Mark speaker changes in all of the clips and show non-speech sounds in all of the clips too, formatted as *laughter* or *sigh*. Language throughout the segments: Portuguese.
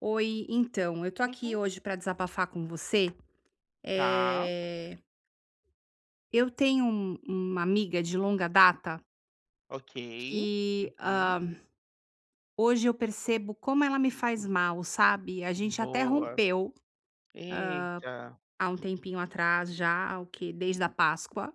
Speaker 1: Oi, então, eu tô aqui
Speaker 2: Uhum.
Speaker 1: hoje pra desabafar com você.
Speaker 2: Tá,
Speaker 1: Eh, eu tenho uma amiga de longa data
Speaker 2: ok.
Speaker 1: que,
Speaker 2: Uhum.
Speaker 1: hoje eu percebo como ela me faz mal, sabe. A gente até
Speaker 2: Boa.
Speaker 1: rompeu
Speaker 2: Eita,
Speaker 1: há um tempinho atrás já. O que Desde a Páscoa,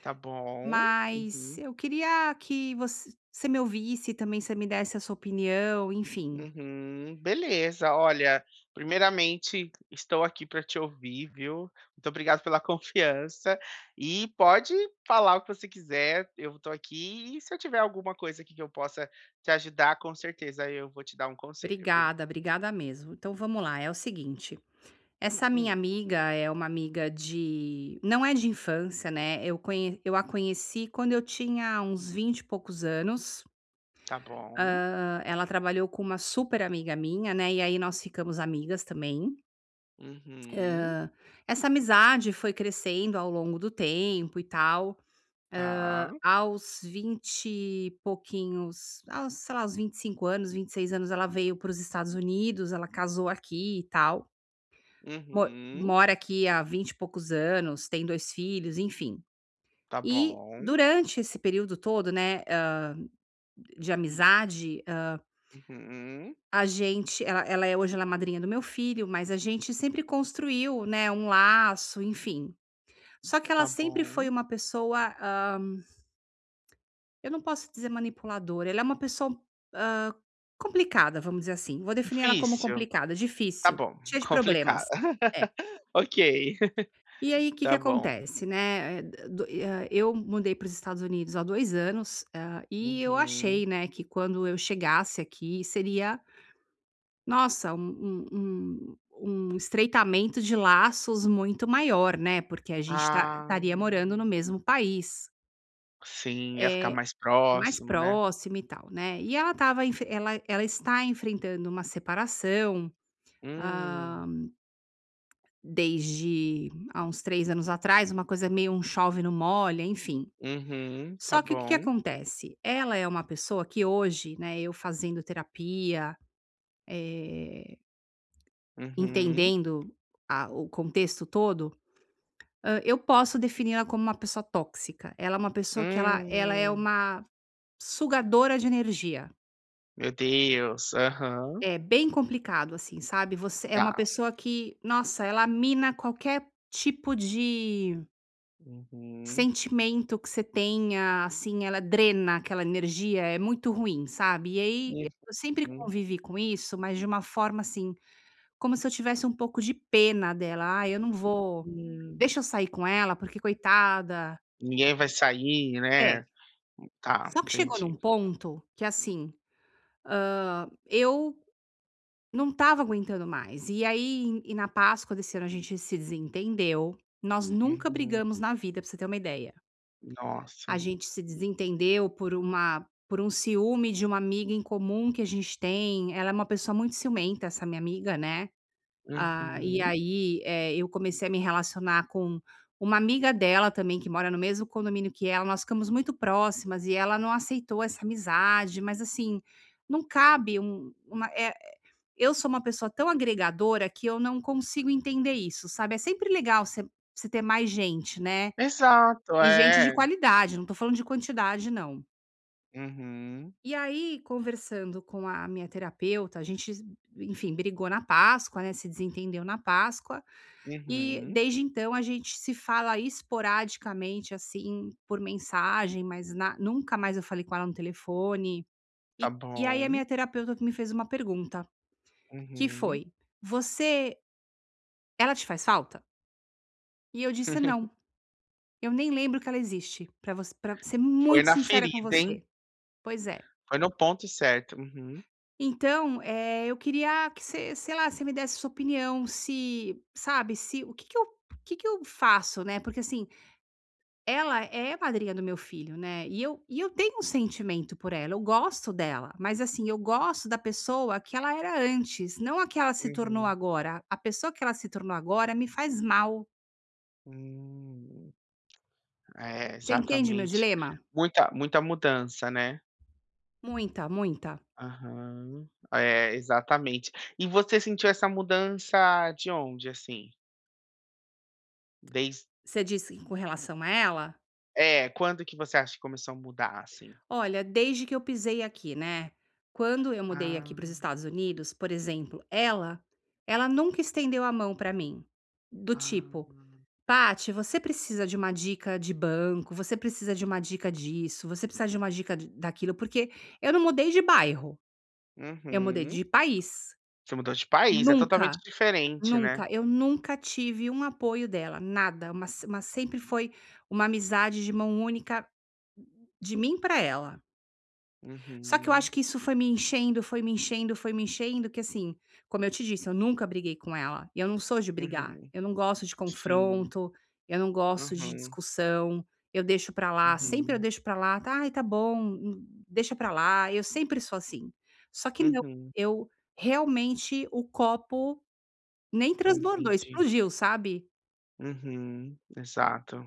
Speaker 2: tá bom.
Speaker 1: mas
Speaker 2: Uhum,
Speaker 1: eu queria que você me ouvisse, também você me desse a sua opinião, enfim.
Speaker 2: uhum. Beleza, olha, primeiramente, estou aqui para te ouvir, viu. Muito obrigado pela *laughs* confiança e pode falar o que você quiser, eu estou aqui e se eu tiver alguma coisa aqui que eu possa te ajudar, com certeza eu vou te dar um conselho, viu.
Speaker 1: Obrigada, obrigada mesmo. Então vamos lá, é o seguinte. Essa minha
Speaker 2: Hum,
Speaker 1: amiga é uma amiga de, não é de infância, né, eu a conheci quando eu tinha uns 20 e poucos anos.
Speaker 2: tá bom.
Speaker 1: Ela trabalhou com uma super amiga minha, né, e aí nós ficamos amigas também.
Speaker 2: Uhum.
Speaker 1: Ah, essa amizade foi crescendo ao longo do tempo e tal.
Speaker 2: Tá.
Speaker 1: Aos 20 e pouquinhos, aos, sei lá, aos 25 anos, 26 anos, ela veio para os Estados Unidos, ela casou aqui e tal. Mo
Speaker 2: Uhum.
Speaker 1: Mora aqui há 20 e poucos anos, tem 2 filhos, enfim.
Speaker 2: Tá
Speaker 1: E
Speaker 2: bom.
Speaker 1: durante esse período todo, né, de amizade, hã,
Speaker 2: Uhum,
Speaker 1: a gente ela ela é hoje ela é madrinha do meu filho, mas a gente sempre construiu, né, um laço, enfim. Só que ela
Speaker 2: tá
Speaker 1: sempre foi
Speaker 2: bom.
Speaker 1: uma pessoa, eu não posso dizer manipuladora, ela é uma pessoa, hã, complicada, vamos dizer assim. Vou definir ela como
Speaker 2: Difícil.
Speaker 1: complicada,
Speaker 2: Tá
Speaker 1: difícil,
Speaker 2: bom,
Speaker 1: cheia de
Speaker 2: complicada.
Speaker 1: problemas.
Speaker 2: *laughs* Ok,
Speaker 1: E
Speaker 2: *laughs*
Speaker 1: aí, o que que
Speaker 2: tá bom.
Speaker 1: acontece, né, eu mudei para os Estados Unidos há 2 anos, e eu
Speaker 2: Uhum.
Speaker 1: achei, né, que quando eu chegasse aqui seria, nossa, um estreitamento de laços muito maior, né, porque a gente
Speaker 2: Ah,
Speaker 1: estaria morando no mesmo país,
Speaker 2: sim, ia ficar
Speaker 1: é
Speaker 2: mais
Speaker 1: mais
Speaker 2: próximo, né.
Speaker 1: próximo e tal, né. E ela está enfrentando uma separação,
Speaker 2: Hum,
Speaker 1: hã, desde há uns 3 anos atrás, uma coisa meio um chove não molha, enfim.
Speaker 2: uhum, tá
Speaker 1: Só que o que que
Speaker 2: bom.
Speaker 1: acontece? Ela é uma pessoa que hoje, né, eu fazendo terapia, eh,
Speaker 2: Uhum.
Speaker 1: entendendo a o contexto todo, eu posso definir ela como uma pessoa tóxica. Ela é uma pessoa que ela é
Speaker 2: Hum,
Speaker 1: uma sugadora de energia.
Speaker 2: meu Deus, aham,
Speaker 1: É bem complicado, assim, sabe. Você é
Speaker 2: tá.
Speaker 1: uma pessoa que, nossa, ela mina qualquer tipo de
Speaker 2: Uhum,
Speaker 1: sentimento que você tenha, assim, ela drena aquela energia, é muito ruim, sabe. E aí, eu sempre
Speaker 2: uhum,
Speaker 1: convivi com isso, mas de uma forma, assim, como se eu tivesse um pouco de pena dela. Ah, eu não vou
Speaker 2: hum.
Speaker 1: deixa eu sair com ela, porque coitada.
Speaker 2: Ninguém vai sair,
Speaker 1: É.
Speaker 2: né. Tá,
Speaker 1: Só que chegou num
Speaker 2: entendi.
Speaker 1: ponto que, assim, eu não estava aguentando mais. E aí, e na Páscoa desse ano, a gente se desentendeu. Nós nunca
Speaker 2: Uhum.
Speaker 1: brigamos na vida, pra você ter uma ideia. A
Speaker 2: Nossa.
Speaker 1: gente se desentendeu por um ciúme de uma amiga em comum que a gente tem. Ela é uma pessoa muito ciumenta, essa minha amiga, né. Ah, e
Speaker 2: Uhum.
Speaker 1: aí, eu comecei a me relacionar com uma amiga dela também, que mora no mesmo condomínio que ela. Nós ficamos muito próximas e ela não aceitou essa amizade, mas assim, não cabe um uma eh, eu sou uma pessoa tão agregadora que eu não consigo entender isso, sabe. É sempre legal você ter mais gente, né.
Speaker 2: Exato,
Speaker 1: E gente de
Speaker 2: é.
Speaker 1: qualidade, não estou falando de quantidade não.
Speaker 2: Uhum,
Speaker 1: E aí, conversando com a minha terapeuta, a gente, enfim, brigou na Páscoa, né, se desentendeu na Páscoa, e
Speaker 2: uhum.
Speaker 1: desde então a gente se fala esporadicamente, assim, por mensagem, mas na nunca mais eu falei com ela no telefone.
Speaker 2: Tá
Speaker 1: E aí a
Speaker 2: bom.
Speaker 1: minha terapeuta que me fez uma pergunta, que
Speaker 2: Uhum.
Speaker 1: foi: "Você, ela te faz falta?" E eu disse: "Não,
Speaker 2: *laughs*
Speaker 1: eu nem lembro que ela existe", pra ser
Speaker 2: Foi
Speaker 1: muito
Speaker 2: na
Speaker 1: sincera com
Speaker 2: ferida, hein.
Speaker 1: você. Pois é.
Speaker 2: Foi no ponto certo. Uhum,
Speaker 1: Então, eu queria que você, sei lá, você me desse sua opinião, se, sabe, se o que que eu, o que que eu faço, né, porque, assim, ela é a madrinha do meu filho, né, e eu tenho um sentimento por ela, eu gosto dela, mas, assim, eu gosto da pessoa que ela era antes, não a que ela se tornou
Speaker 2: uhum.
Speaker 1: agora. A pessoa que ela se tornou agora me faz mal.
Speaker 2: Hum. É,
Speaker 1: Você entende meu
Speaker 2: exatamente.
Speaker 1: dilema?
Speaker 2: Muita muita mudança, né.
Speaker 1: Muita, muita.
Speaker 2: Aham. É, exatamente. E você sentiu essa mudança de onde, assim? Desde
Speaker 1: Você disse com relação a ela?
Speaker 2: quando que você acha que começou a mudar, assim?
Speaker 1: Olha, desde que eu pisei aqui, né? Quando eu mudei aqui
Speaker 2: Ah,
Speaker 1: para os Estados Unidos, por exemplo, ela nunca estendeu a mão para mim. Do
Speaker 2: ah.
Speaker 1: tipo, Paty, você precisa de uma dica de banco, você precisa de uma dica disso, você precisa de uma dica de- daquilo, porque eu não mudei de bairro, eu mudei
Speaker 2: Uhum.
Speaker 1: de país.
Speaker 2: Você mudou de país, é totalmente
Speaker 1: Nunca,
Speaker 2: diferente, né.
Speaker 1: nunca, eu nunca tive um apoio dela, nada. Uma, se- uma sempre foi uma amizade de mão única de mim para ela. Só que eu
Speaker 2: Uhum.
Speaker 1: acho que isso foi me enchendo, foi me enchendo, foi me enchendo, que assim, como eu te disse, eu nunca briguei com ela, e eu não sou de brigar,
Speaker 2: Uhum.
Speaker 1: eu não gosto de
Speaker 2: Sim.
Speaker 1: confronto, eu não gosto de
Speaker 2: Aham.
Speaker 1: discussão, eu deixo pra lá, sempre eu
Speaker 2: Uhum.
Speaker 1: deixo pra lá, tá, ai tá bom, deixa pra lá, eu sempre sou assim. Só que não,
Speaker 2: Uhum.
Speaker 1: eu realmente o copo nem transbordou,
Speaker 2: Entendi.
Speaker 1: explodiu, sabe?
Speaker 2: Uhum. Exato.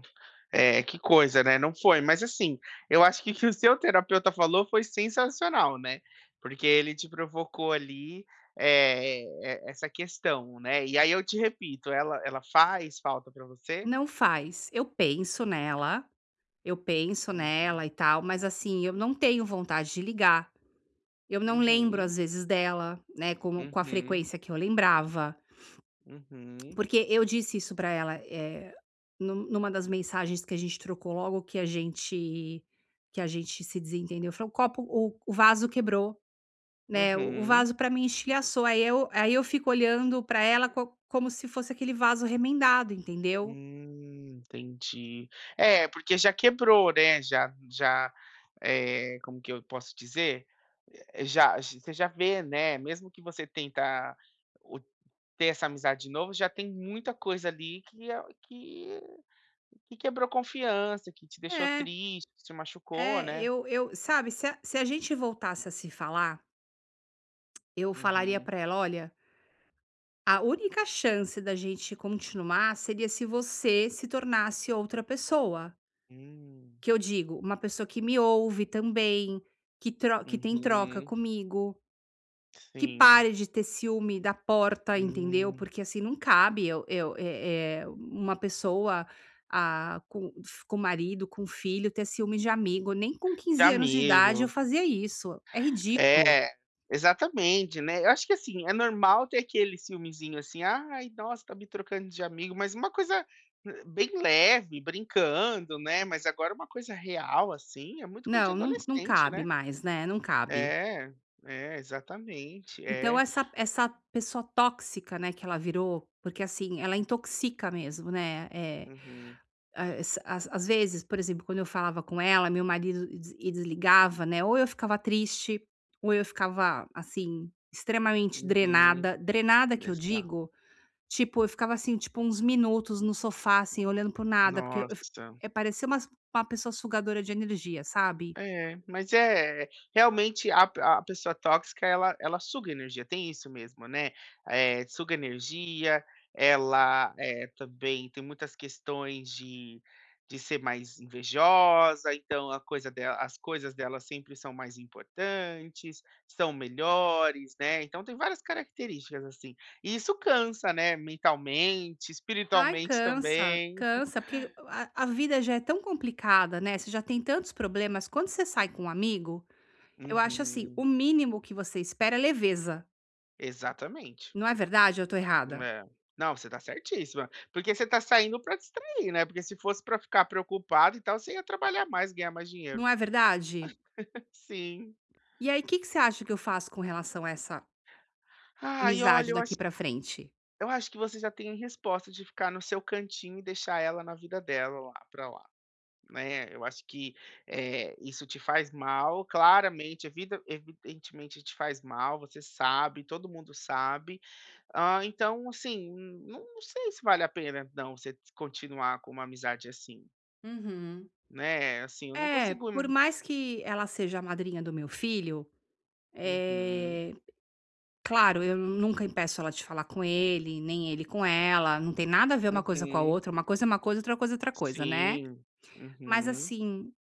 Speaker 2: É, que coisa, né, não foi. Mas, assim, eu acho que o seu terapeuta falou foi sensacional, né, porque ele te provocou ali, é e essa questão, né. E aí eu te repito, ela faz falta para você?
Speaker 1: Não faz. Eu penso nela
Speaker 2: Uhum.
Speaker 1: e tal, mas assim, eu não tenho vontade de ligar. Eu não lembro,
Speaker 2: Uhum.
Speaker 1: às vezes, dela, né, como com a
Speaker 2: Uhum.
Speaker 1: frequência que eu lembrava,
Speaker 2: Uhum.
Speaker 1: porque eu disse isso pra ela, é, numa das mensagens que a gente trocou logo que a gente se desentendeu, falou: " O vaso quebrou", né, "o
Speaker 2: Uhum.
Speaker 1: vaso pra mim estilhaçou", aí eu fico olhando pra ela co como se fosse aquele vaso remendado, entendeu.
Speaker 2: Entendi. É, porque já quebrou, né, já já, como que eu posso dizer? Já você já vê, né, mesmo que você tenta o ter essa amizade de novo, já tem muita coisa ali que que quebrou confiança, que te deixou
Speaker 1: É,
Speaker 2: triste, que te machucou, né.
Speaker 1: Eu, sabe, se a gente voltasse a se falar, eu falaria
Speaker 2: Uhum.
Speaker 1: pra ela: "Olha, a única chance da gente continuar seria se você se tornasse outra pessoa."
Speaker 2: Hum.
Speaker 1: Que eu digo, uma pessoa que me ouve também, que, tro que tem troca
Speaker 2: Uhum.
Speaker 1: comigo, que
Speaker 2: Sim.
Speaker 1: pare de ter ciúme da porta, entendeu?
Speaker 2: Hum.
Speaker 1: Porque assim não cabe uma pessoa ah, com marido, com filho, ter ciúme de amigo. Nem com
Speaker 2: De
Speaker 1: 15 anos de idade eu
Speaker 2: amigo.
Speaker 1: fazia isso. É ridículo.
Speaker 2: É, exatamente, né. Eu acho que, assim, é normal ter aquele ciúmezinho, assim: "Ai, nossa, tá me trocando de amigo", mas uma coisa, bem leve, brincando, né. Mas agora uma coisa real, assim, é muito coisa de
Speaker 1: Não, não, não
Speaker 2: adolescente,
Speaker 1: cabe
Speaker 2: né.
Speaker 1: mais, né? Não cabe.
Speaker 2: É, é, exatamente,
Speaker 1: Então
Speaker 2: é.
Speaker 1: essa pessoa tóxica, né, que ela virou, porque assim, ela intoxica mesmo, né, é,
Speaker 2: Uhum,
Speaker 1: as as às vezes, por exemplo, quando eu falava com ela, meu marido desligava, né, ou eu ficava triste, ou eu ficava, assim, extremamente
Speaker 2: uhum.
Speaker 1: drenada. Drenada que eu
Speaker 2: Exa
Speaker 1: digo, tipo, eu ficava assim, tipo, uns minutos no sofá, assim, olhando para nada, porque
Speaker 2: Nossa.
Speaker 1: parecia uma pessoa sugadora de energia, sabe?
Speaker 2: É, mas é realmente a pessoa tóxica ela suga energia, tem isso mesmo, né. Suga energia, ela, também tem muitas questões de ser mais invejosa, então a coisa dela as coisas dela sempre são mais importantes, são melhores, né, então tem várias características, assim. E isso cansa, né, mentalmente,
Speaker 1: Ai,
Speaker 2: espiritualmente
Speaker 1: cansa,
Speaker 2: também.
Speaker 1: cansa, porque a vida já é tão complicada, né, você já tem tantos problemas, quando você sai com um amigo, eu acho assim,
Speaker 2: Uhum,
Speaker 1: o mínimo que você espera é leveza,
Speaker 2: exatamente.
Speaker 1: não é verdade, eu tô errada?
Speaker 2: É. Não, você tá certíssima, porque você tá saindo pra distrair, né, porque se fosse pra ficar preocupado e tal, você ia trabalhar mais, ganhar mais dinheiro.
Speaker 1: Não é verdade?
Speaker 2: *laughs* Sim.
Speaker 1: E aí, o que que você acha que eu faço com relação a essa
Speaker 2: Ai, olha,
Speaker 1: amizade daqui pra frente?
Speaker 2: eu acho que você já tem a resposta de ficar no seu cantinho e deixar ela na vida dela lá, pra lá, né. Eu acho que, isso te faz mal, claramente, a vida, evidentemente te faz mal, você sabe, todo mundo sabe. Ah, então, assim, não não sei se vale a pena não, você continuar com uma amizade assim.
Speaker 1: Uhum.
Speaker 2: Né, assim, eu não
Speaker 1: É,
Speaker 2: consigo
Speaker 1: por mais que ela seja a madrinha do meu filho,
Speaker 2: uhum,
Speaker 1: eh, claro, eu nunca impeço ela de falar com ele, nem ele com ela, não tem nada a ver uma coisa com a
Speaker 2: uhum,
Speaker 1: outra, uma coisa é uma coisa, outra coisa é outra coisa, né.
Speaker 2: sim,
Speaker 1: Mas
Speaker 2: uhum.
Speaker 1: assim,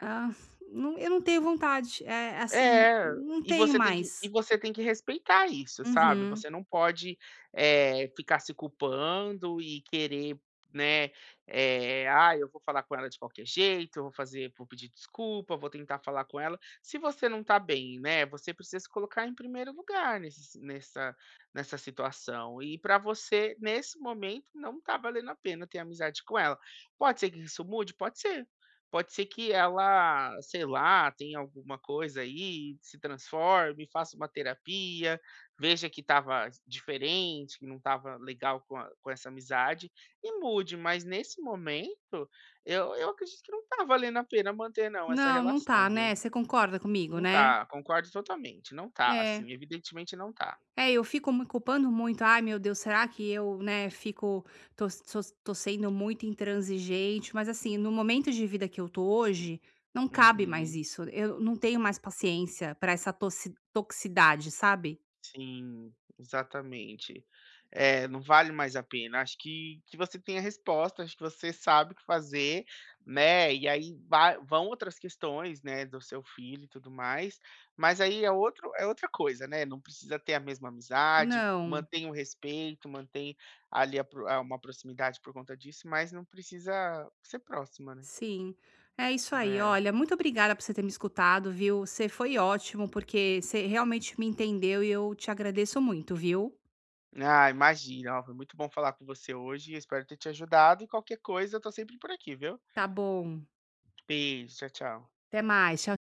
Speaker 1: ah, não, eu não tenho vontade. É assim,
Speaker 2: É,
Speaker 1: não tenho
Speaker 2: e
Speaker 1: mais.
Speaker 2: você tem que respeitar isso, sabe.
Speaker 1: Uhum.
Speaker 2: Você não pode, ficar se culpando e querer, né, "Ah, eu vou falar com ela de qualquer jeito, eu vou fazer vou pedir desculpa, vou tentar falar com ela", se você não tá bem, né, você precisa se colocar em primeiro lugar nesse nessa nessa situação. E para você, nesse momento, não tá valendo a pena ter amizade com ela. Pode ser que isso mude? Pode ser. Pode ser que ela, sei lá, tenha alguma coisa aí, se transforme, faça uma terapia, veja que estava diferente, que não estava legal com, a- com essa amizade e mude. Mas nesse momento, eu acredito que não está valendo a pena manter, não, essa
Speaker 1: Não, não
Speaker 2: relação,
Speaker 1: tá,
Speaker 2: viu?
Speaker 1: né, você concorda comigo,
Speaker 2: Não
Speaker 1: né?
Speaker 2: tá, concordo totalmente. Não tá,
Speaker 1: É.
Speaker 2: assim, evidentemente não tá.
Speaker 1: É, eu fico me culpando muito. Ai, meu Deus, será que eu, né, fico, tô sendo muito intransigente? Mas assim, no momento de vida que eu tô hoje, não cabe mais
Speaker 2: Uhum.
Speaker 1: isso. Eu não tenho mais paciência pra essa toxicidade, sabe?
Speaker 2: Sim, exatamente. É, não vale mais a pena. Acho que você tem a resposta, acho que você sabe o que fazer, né, e aí vai vão outras questões, né, do seu filho e tudo mais, mas aí é outro é outra coisa, né, não precisa ter a mesma amizade,
Speaker 1: Não,
Speaker 2: mantém o respeito, mantém ali a pro a uma proximidade por conta disso, mas não precisa ser próxima, né.
Speaker 1: sim. É isso aí.
Speaker 2: É.
Speaker 1: Olha, muito obrigada por você ter me escutado, viu? Você foi ótimo, porque você realmente me entendeu e eu te agradeço muito, viu?
Speaker 2: Ah, imagina, ó, foi muito bom falar com você hoje, espero ter te ajudado e qualquer coisa eu tô sempre por aqui, viu.
Speaker 1: Tá bom.
Speaker 2: Beijo, tchau, tchau.
Speaker 1: Até mais. Tchau.